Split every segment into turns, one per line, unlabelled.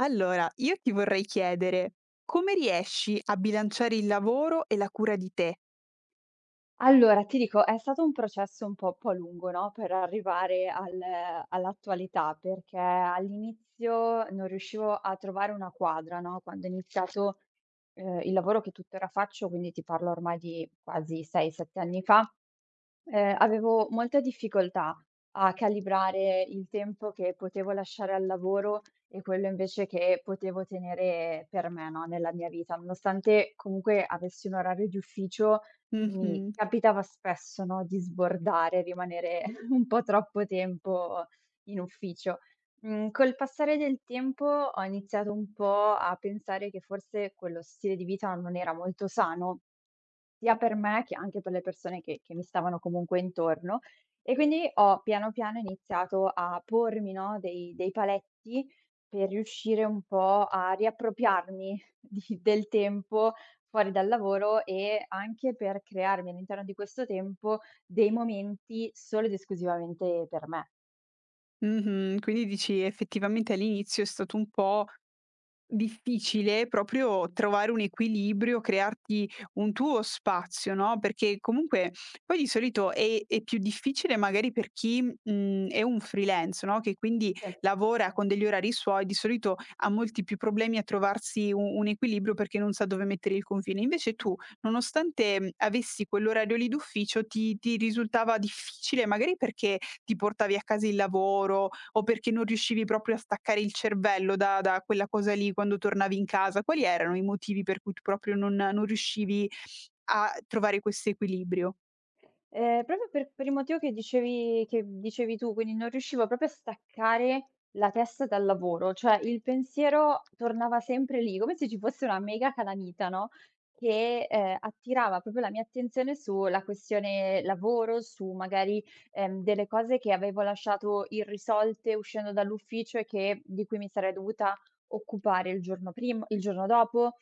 Allora, io ti vorrei chiedere, come riesci a bilanciare il lavoro e la cura di te?
Allora, ti dico, è stato un processo un po' lungo, no, per arrivare al all'attualità, perché all'inizio non riuscivo a trovare una quadra, no, quando ho iniziato, il lavoro che tuttora faccio, quindi ti parlo ormai di quasi 6, 7 anni fa. Avevo molta difficoltà a calibrare il tempo che potevo lasciare al lavoro e quello invece che potevo tenere per me, no, nella mia vita. Nonostante comunque avessi un orario di ufficio, mi
Mh-mh,
capitava spesso, no, di sbordare, rimanere un po' troppo tempo in ufficio. Col passare del tempo ho iniziato un po' a pensare che forse quello stile di vita non era molto sano, sia per me che anche per le persone che mi stavano comunque intorno. E quindi ho piano piano iniziato a pormi, no, dei paletti per riuscire un po' a riappropriarmi di del tempo fuori dal lavoro e anche per crearmi all'interno di questo tempo dei momenti solo ed esclusivamente per me.
mh-mh. Quindi dici effettivamente all'inizio è stato un po' difficile proprio trovare un equilibrio, crearti un tuo spazio, no, perché comunque poi di solito è più difficile magari per chi, è un freelance, no, che quindi
Sì.
lavora con degli orari suoi, di solito ha molti più problemi a trovarsi u un equilibrio perché non sa dove mettere il confine. Invece tu, nonostante, avessi quell'orario lì d'ufficio, ti risultava difficile, magari perché ti portavi a casa il lavoro, o perché non riuscivi proprio a staccare il cervello da quella cosa lì quando tornavi in casa? Quali erano i motivi per cui tu proprio non riuscivi a trovare questo equilibrio?
Proprio per il motivo che dicevi tu, quindi non riuscivo proprio a staccare la testa dal lavoro, cioè il pensiero tornava sempre lì, come se ci fosse una mega calamita, no, che, attirava proprio la mia attenzione sulla questione lavoro, su magari, delle cose che avevo lasciato irrisolte uscendo dall'ufficio e che di cui mi sarei dovuta occupare il giorno dopo.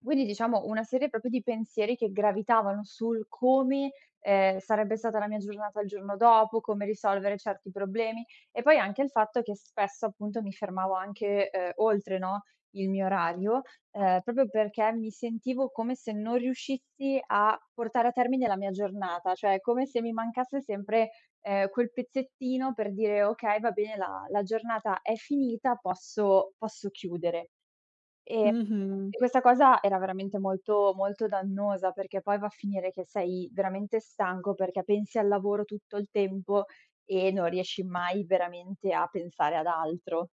Quindi diciamo una serie proprio di pensieri che gravitavano sul come, sarebbe stata la mia giornata il giorno dopo, come risolvere certi problemi e poi anche il fatto che spesso appunto mi fermavo anche, oltre, no, il mio orario, proprio perché mi sentivo come se non riuscissi a portare a termine la mia giornata, cioè come se mi mancasse sempre, quel pezzettino per dire: "Okay, va bene, la giornata è finita, posso chiudere". E
Mh-mh.
e questa cosa era veramente molto molto dannosa, perché poi va a finire che sei veramente stanco, perché pensi al lavoro tutto il tempo e non riesci mai veramente a pensare ad altro.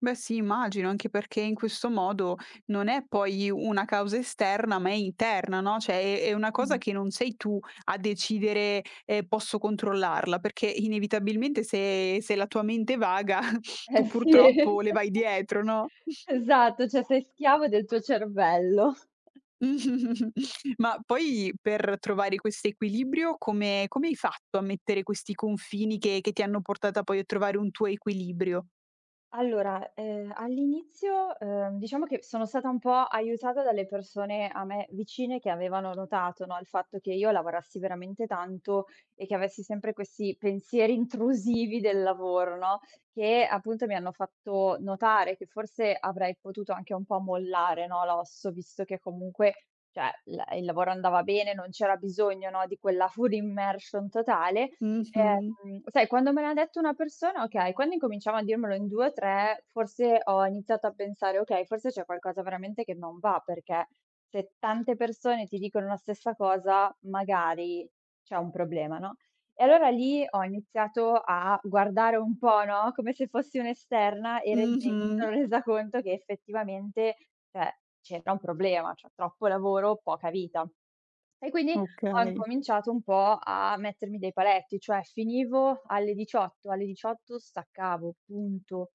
Beh sì, immagino, anche perché in questo modo non è poi una causa esterna, ma è interna, no, cioè è una cosa
Mh.
che non sei tu a decidere, "Posso controllarla", perché inevitabilmente se la tua mente vaga
Eh
tu purtroppo
sì,
le vai dietro, no?
esatto, cioè sei schiavo del tuo cervello.
Ma poi per trovare questo equilibrio come hai fatto a mettere questi confini che ti hanno portata poi a trovare un tuo equilibrio?
Allora, all'inizio, diciamo che sono stata un po' aiutata dalle persone a me vicine che avevano notato, no, il fatto che io lavorassi veramente tanto e che avessi sempre questi pensieri intrusivi del lavoro, no, che appunto mi hanno fatto notare che forse avrei potuto anche un po' mollare, no, l'osso, visto che comunque, cioè, la il lavoro andava bene, non c'era bisogno, no, di quella full immersion totale.
Mh-mh,
Sai quando me l'ha detto una persona, okay, quando incominciava a dirmelo in 2 o 3 forse ho iniziato a pensare: "Okay, forse c'è qualcosa veramente che non va", perché se tante persone ti dicono la stessa cosa, magari c'è un problema, no, e allora lì ho iniziato a guardare un po', no, come se fossi un'esterna e mi
mh-mh,
sono resa conto che effettivamente, cioè, c'era un problema, cioè troppo lavoro, poca vita. E quindi ho
okay.
incominciato un po' a mettermi dei paletti, cioè finivo alle 18, alle 18 staccavo, punto.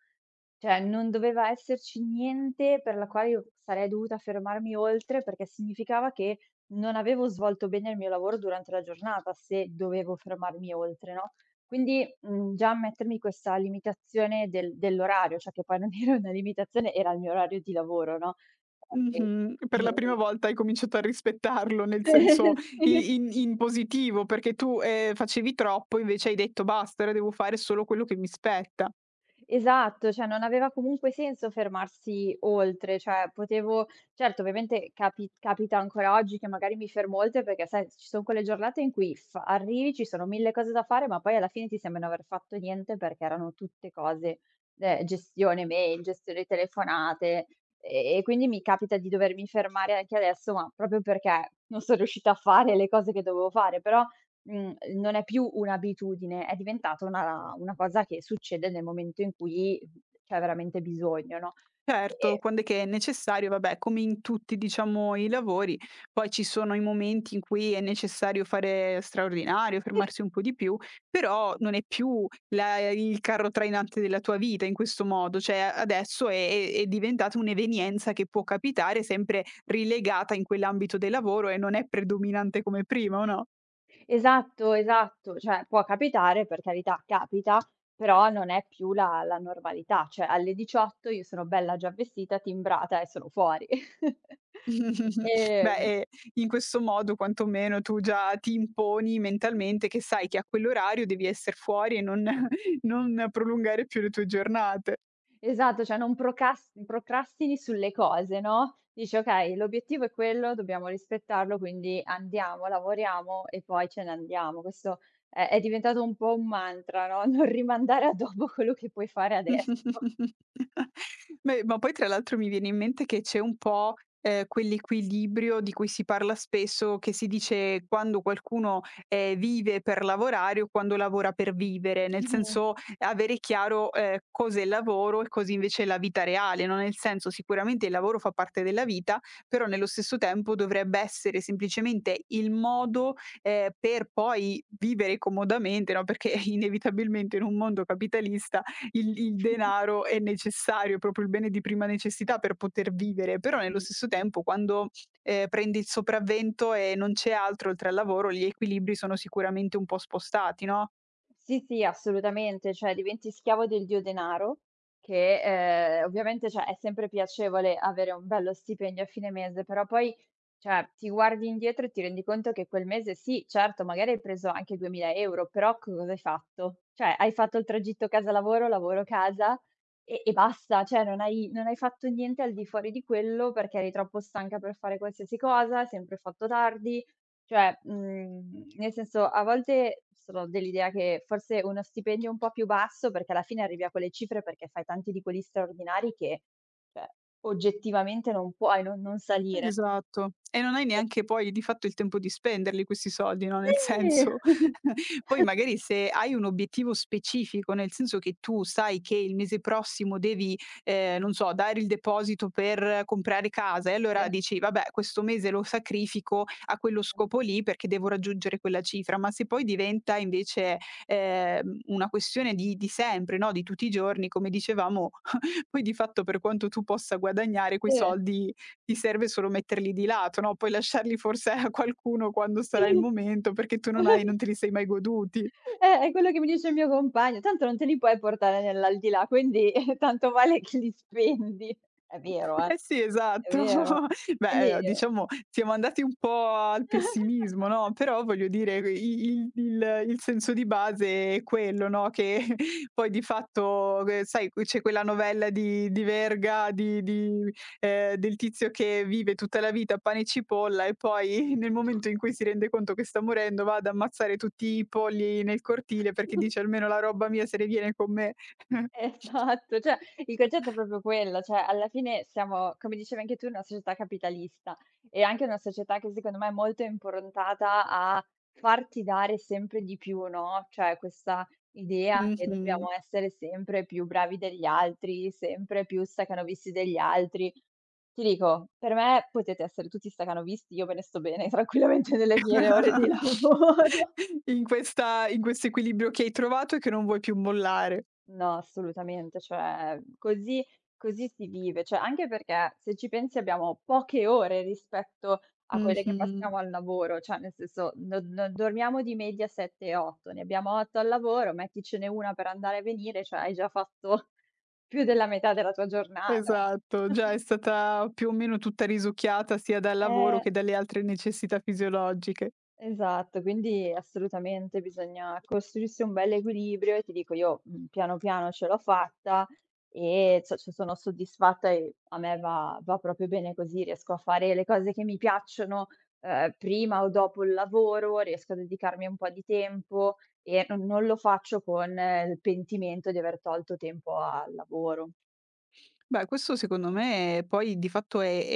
Cioè non doveva esserci niente per la quale io sarei dovuta fermarmi oltre, perché significava che non avevo svolto bene il mio lavoro durante la giornata, se dovevo fermarmi oltre, no, quindi, già mettermi questa limitazione dell'orario, cioè che poi non era una limitazione, era il mio orario di lavoro, no, ehm,
Mh-mh. Per la
non
prima volta hai cominciato a rispettarlo, nel senso
sì.
i in positivo, perché tu, facevi troppo, invece hai detto: "Basta, ora devo fare solo quello che mi spetta".
Esatto, cioè non aveva comunque senso fermarsi oltre, cioè potevo, certo, ovviamente capita ancora oggi che magari mi fermo oltre perché sai ci son quelle giornate in cui f arrivi, ci sono 1000 cose da fare, ma poi alla fine ti sembra non aver fatto niente perché erano tutte cose, gestione mail, gestione telefonate, e quindi mi capita di dovermi fermare anche adesso, ma proprio perché non son riuscita a fare le cose che dovevo fare. Però non è più un'abitudine, è diventata una cosa che succede nel momento in cui c'è veramente bisogno, no,
Certo,
e
quand'è che è necessario, vabbè, come in tutti, diciamo, i lavori, poi ci sono i momenti in cui è necessario fare straordinario,
sì,
fermarsi un po' di più, però non è più la il carro trainante della tua vita in questo modo, cioè adesso è diventata un'evenienza che può capitare sempre rilegata in quell'ambito del lavoro e non è predominante come prima, o no?
esatto, esatto, cioè può capitare, per carità, capita, però non è più la normalità, cioè alle 18 io sono bella già vestita, timbrata e sono fuori.
Beh,
Ehm
e in questo modo quantomeno tu già ti imponi mentalmente che sai che a quell'orario devi esser fuori e non non prolungare più le tue giornate.
Esatto, cioè non procas procrastini sulle cose, no, dici: "Okay, l'obiettivo è quello, dobbiamo rispettarlo, quindi andiamo, lavoriamo e poi ce ne andiamo." Questo è diventato un po' un mantra, no, non rimandare a dopo quello che puoi fare adesso.
Beh, ma poi tra l'altro mi viene in mente che c'è un po', quell'equilibrio di cui si parla spesso, che si dice quando qualcuno, vive per lavorare o quando lavora per vivere, nel
Mh-mh,
senso avere chiaro, cos'è il lavoro e cos'è invece la vita reale, no, nel senso sicuramente il lavoro fa parte della vita, però nello stesso tempo dovrebbe essere semplicemente il modo, per poi vivere comodamente, no, perché inevitabilmente in un mondo capitalista il denaro è necessario, è proprio il bene di prima necessità per poter vivere, però nello
mh.
stesso tempo quando, prendi il sopravvento e non c'è altro oltre al lavoro, gli equilibri sono sicuramente un po' spostati, no?
Sì, sì, assolutamente, cioè diventi schiavo del dio denaro che, ovviamente, cioè, è sempre piacevole avere un bello stipendio a fine mese, però poi, cioè, ti guardi indietro e ti rendi conto che quel mese sì, certo, magari hai preso anche 2000 €, però co cosa hai fatto? Cioè, hai fatto il tragitto casa lavoro, lavoro casa e basta, cioè non hai fatto niente al di fuori di quello perché eri troppo stanca per fare qualsiasi cosa, hai sempre fatto tardi, cioè, nel senso, a volte sono dell'idea che forse uno stipendio un po' più basso, perché alla fine arrivi a quelle cifre perché fai tanti di quelli straordinari che, cioè, oggettivamente non non salire, no.
Esatto. E non hai neanche poi di fatto il tempo di spenderli questi soldi, no, nel
Sì.
senso poi magari se hai un obiettivo specifico, nel senso che tu sai che il mese prossimo devi, non so, dare il deposito per comprare casa e
Sì.
allora dici: "Vabbè, questo mese lo sacrifico a quello scopo lì perché devo raggiungere quella cifra". Ma se poi diventa invece, una questione di sempre, no, di tutti i giorni, come dicevamo. Poi di fatto per quanto tu possa guadagnare quei soldi, ti serve solo metterli di lato, no, poi lasciarli forse a qualcuno quando sarà il
Sì.
momento, perché tu non hai non te li sei mai goduti.
È quello che mi dice il mio compagno: "Tanto non te li puoi portare nell'aldilà, quindi tanto vale che li spendi." È vero, eh.
Eh sì,
È
esatto.
vero.
Beh,
Quindi,
diciamo siamo andati un po' al pessimismo, no, però voglio dire i il senso di base è quello, no, che
ehm
poi di fatto che sai qui c'è quella novella di Verga di del tizio che vive tutta la vita a pane e cipolla e poi nel momento in cui si rende conto che sta morendo va ad ammazzare tutti i polli nel cortile perché dice: "Almeno la roba mia se ne viene con me."
esatto, cioè il concetto è proprio quello, cioè alla fine siamo, come dicevi anche tu, una società capitalista e anche una società che secondo me è molto improntata a farti dare sempre di più, no, cioè questa idea che
Mh-mh.
dobbiamo essere sempre più bravi degli altri, sempre più stacanovisti degli altri. Ti dico, per me potete essere tutti stacanovisti, io me ne sto bene tranquillamente nelle mie ore di lavoro.
In questa in questo equilibrio che hai trovato e che non vuoi più mollare.
No, assolutamente, cioè così così si vive. Cioè, anche perché se ci pensi abbiamo poche ore rispetto a quelle che
Mh-mh.
passiamo al lavoro, cioè nel senso non dormiamo di media 7, 8, ne abbiamo 8 al lavoro, metticene 1 per andare e venire, cioè hai già fatto più della metà della tua giornata.
Esatto, già è stata più o meno tutta risucchiata sia dal lavoro
Eh.
che dalle altre necessità fisiologiche.
Esatto, quindi assolutamente bisogna costruirsi un bel equilibrio e ti dico io, piano piano ce l'ho fatta e cioè ce sono soddisfatta e a me va proprio bene così, riesco a fare le cose che mi piacciono, prima o dopo il lavoro, riesco a dedicarmi un po' di tempo e non lo faccio con, il pentimento di aver tolto tempo al lavoro.
Beh, questo secondo me poi di fatto è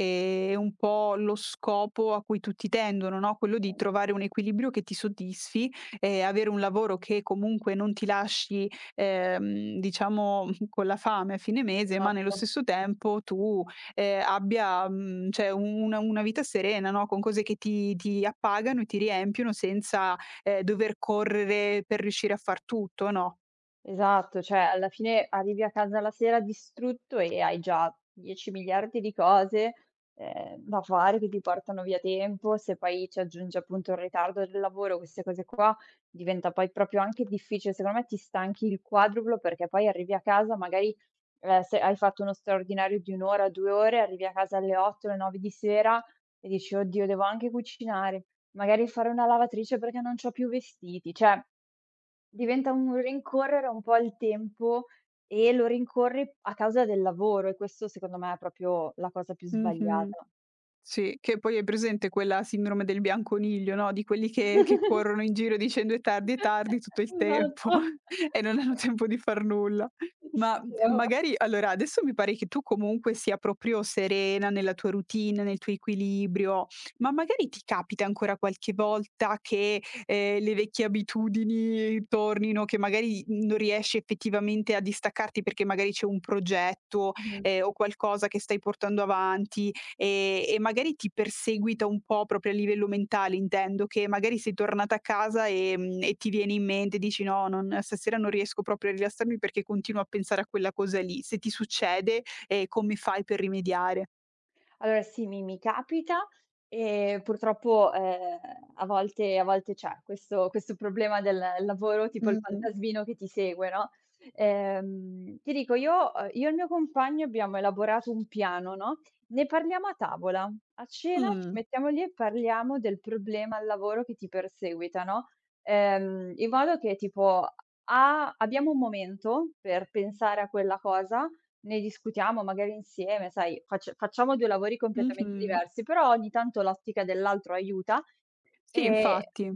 è un po' lo scopo a cui tutti tendono, no, quello di trovare un equilibrio che ti soddisfi e avere un lavoro che comunque non ti lasci, diciamo con la fame a fine mese, ma nello
Esatto.
stesso tempo tu, abbia, cioè una vita serena, no, con cose che ti appagano e ti riempiono senza, dover correre per riuscire a far tutto, no.
Esatto, cioè alla fine arrivi a casa la sera distrutto e hai già 10 miliardi di cose, da fare che ti portano via tempo. Se poi ci aggiungi appunto il ritardo del lavoro, queste cose qua, diventa poi proprio anche difficile. Secondo me ti stanchi il quadruplo perché poi arrivi a casa magari, se hai fatto uno straordinario di 1 ora, 2 ore, arrivi a casa alle 8, alle 9 di sera e dici: "Oddio, devo anche cucinare, magari fare una lavatrice perché non c'ho più vestiti." Cioè, diventa un rincorrere un po' il tempo e lo rincorri a causa del lavoro e questo secondo me è proprio la cosa più
Mh-mh.
sbagliata.
Sì, che poi hai presente quella sindrome del bianconiglio, no, di quelli che corrono in giro dicendo: è tardi" tutto il tempo
Esatto.
e non hanno tempo di far nulla. Ma,
Brava.
magari allora adesso mi pare che tu comunque sia proprio serena nella tua routine, nel tuo equilibrio, ma magari ti capita ancora qualche volta che, le vecchie abitudini tornino, che magari non riesci effettivamente a distaccarti perché magari c'è un progetto,
Mh-mh.
o qualcosa che stai portando avanti e magari ti perseguita un po' proprio a livello mentale intendo, che magari sei tornata a casa, e ti viene in mente, dici: "No, non stasera non riesco proprio a rilassarmi perché continuo a pensare a quella cosa lì." Se ti succede, come fai per rimediare?
Allora sì, mi capita e purtroppo, a volte c'è questo problema del lavoro, tipo il
Mh-mh.
fantasmino che ti segue, no, ti dico io, io e il mio compagno abbiamo elaborato un piano, no, ne parliamo a tavola. A cena ci
Mh.
mettiamo lì e parliamo del problema al lavoro che ti perseguita, no, in modo che tipo: A abbiamo un momento per pensare a quella cosa, ne discutiamo magari insieme, sai, facciamo 2 lavori completamente
Mh-mh.
diversi, però ogni tanto l'ottica dell'altro aiuta,
Sì,
ehm,
infatti.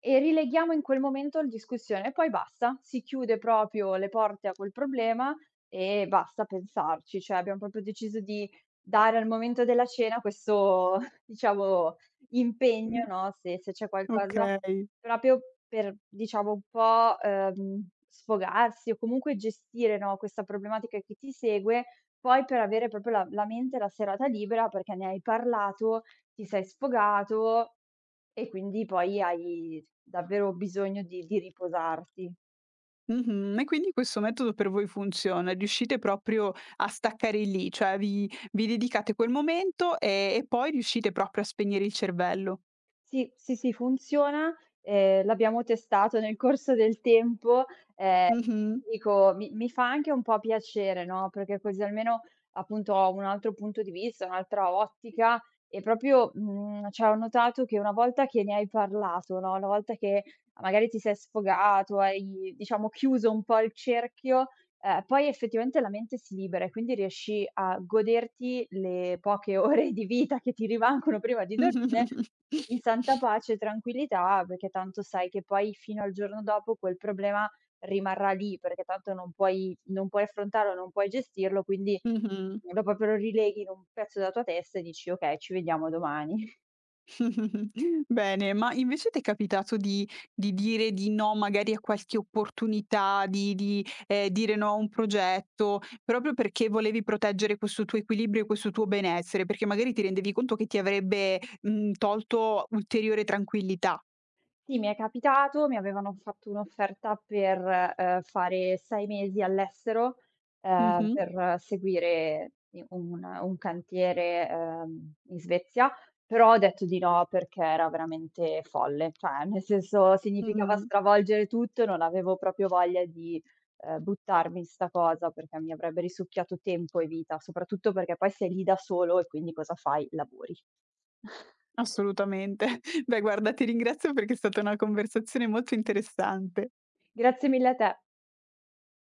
e rileghiamo in quel momento la discussione e poi basta. Si chiude proprio le porte a quel problema e basta pensarci. Cioè, abbiamo proprio deciso di dare al momento della cena questo, diciamo, impegno,
Mh.
no, se se c'è qualcosa.
Okay.
Proprio per, diciamo, un po', sfogarsi o comunque gestire, no, questa problematica che ti segue, poi per avere proprio la mente e la serata libera perché ne hai parlato, ti sei sfogato e quindi poi hai davvero bisogno di riposarti.
Mh-mh. E quindi questo metodo per voi funziona, riuscite proprio a staccare lì, cioè vi dedicate quel momento, e poi riuscite proprio a spegnere il cervello.
Sì, sì, sì, funziona. L'abbiamo testato nel corso del tempo. Ehm,
Mh-mh.
dico, mi fa anche un po' piacere, no, perché così almeno, appunto, ho un altro punto di vista, un'altra ottica e proprio, cioè ho notato che una volta che ne hai parlato, no, una volta che magari ti sei sfogato, hai diciamo chiuso un po' il cerchio, poi effettivamente la mente si libera e quindi riesci a goderti le poche ore di vita che ti rimangono prima di dormire in santa pace e tranquillità, perché tanto sai che poi fino al giorno dopo quel problema rimarrà lì, perché tanto non puoi affrontarlo, non puoi gestirlo, quindi
Mh-mh.
lo proprio lo rileghi in un pezzo della tua testa e dici: "Okay, ci vediamo domani".
Bene, ma invece ti è capitato di dire di no magari a qualche opportunità, dire no a un progetto, proprio perché volevi proteggere questo tuo equilibrio e questo tuo benessere, perché magari ti rendevi conto che ti avrebbe, tolto ulteriore tranquillità.
Sì, mi è capitato, mi avevano fatto un'offerta per, fare 6 mesi all'estero,
Mh-mh.
per seguire i un cantiere, in Svezia, però ho detto di no perché era veramente folle, cioè nel senso significava
Mh-mh.
stravolgere tutto, non avevo proprio voglia di, buttarmi in 'sta cosa perché mi avrebbe risucchiato tempo e vita, soprattutto perché poi sei lì da solo e quindi cosa fai? Lavori.
Assolutamente. Beh guarda ti ringrazio perché è stata una conversazione molto interessante.
Grazie mille a te.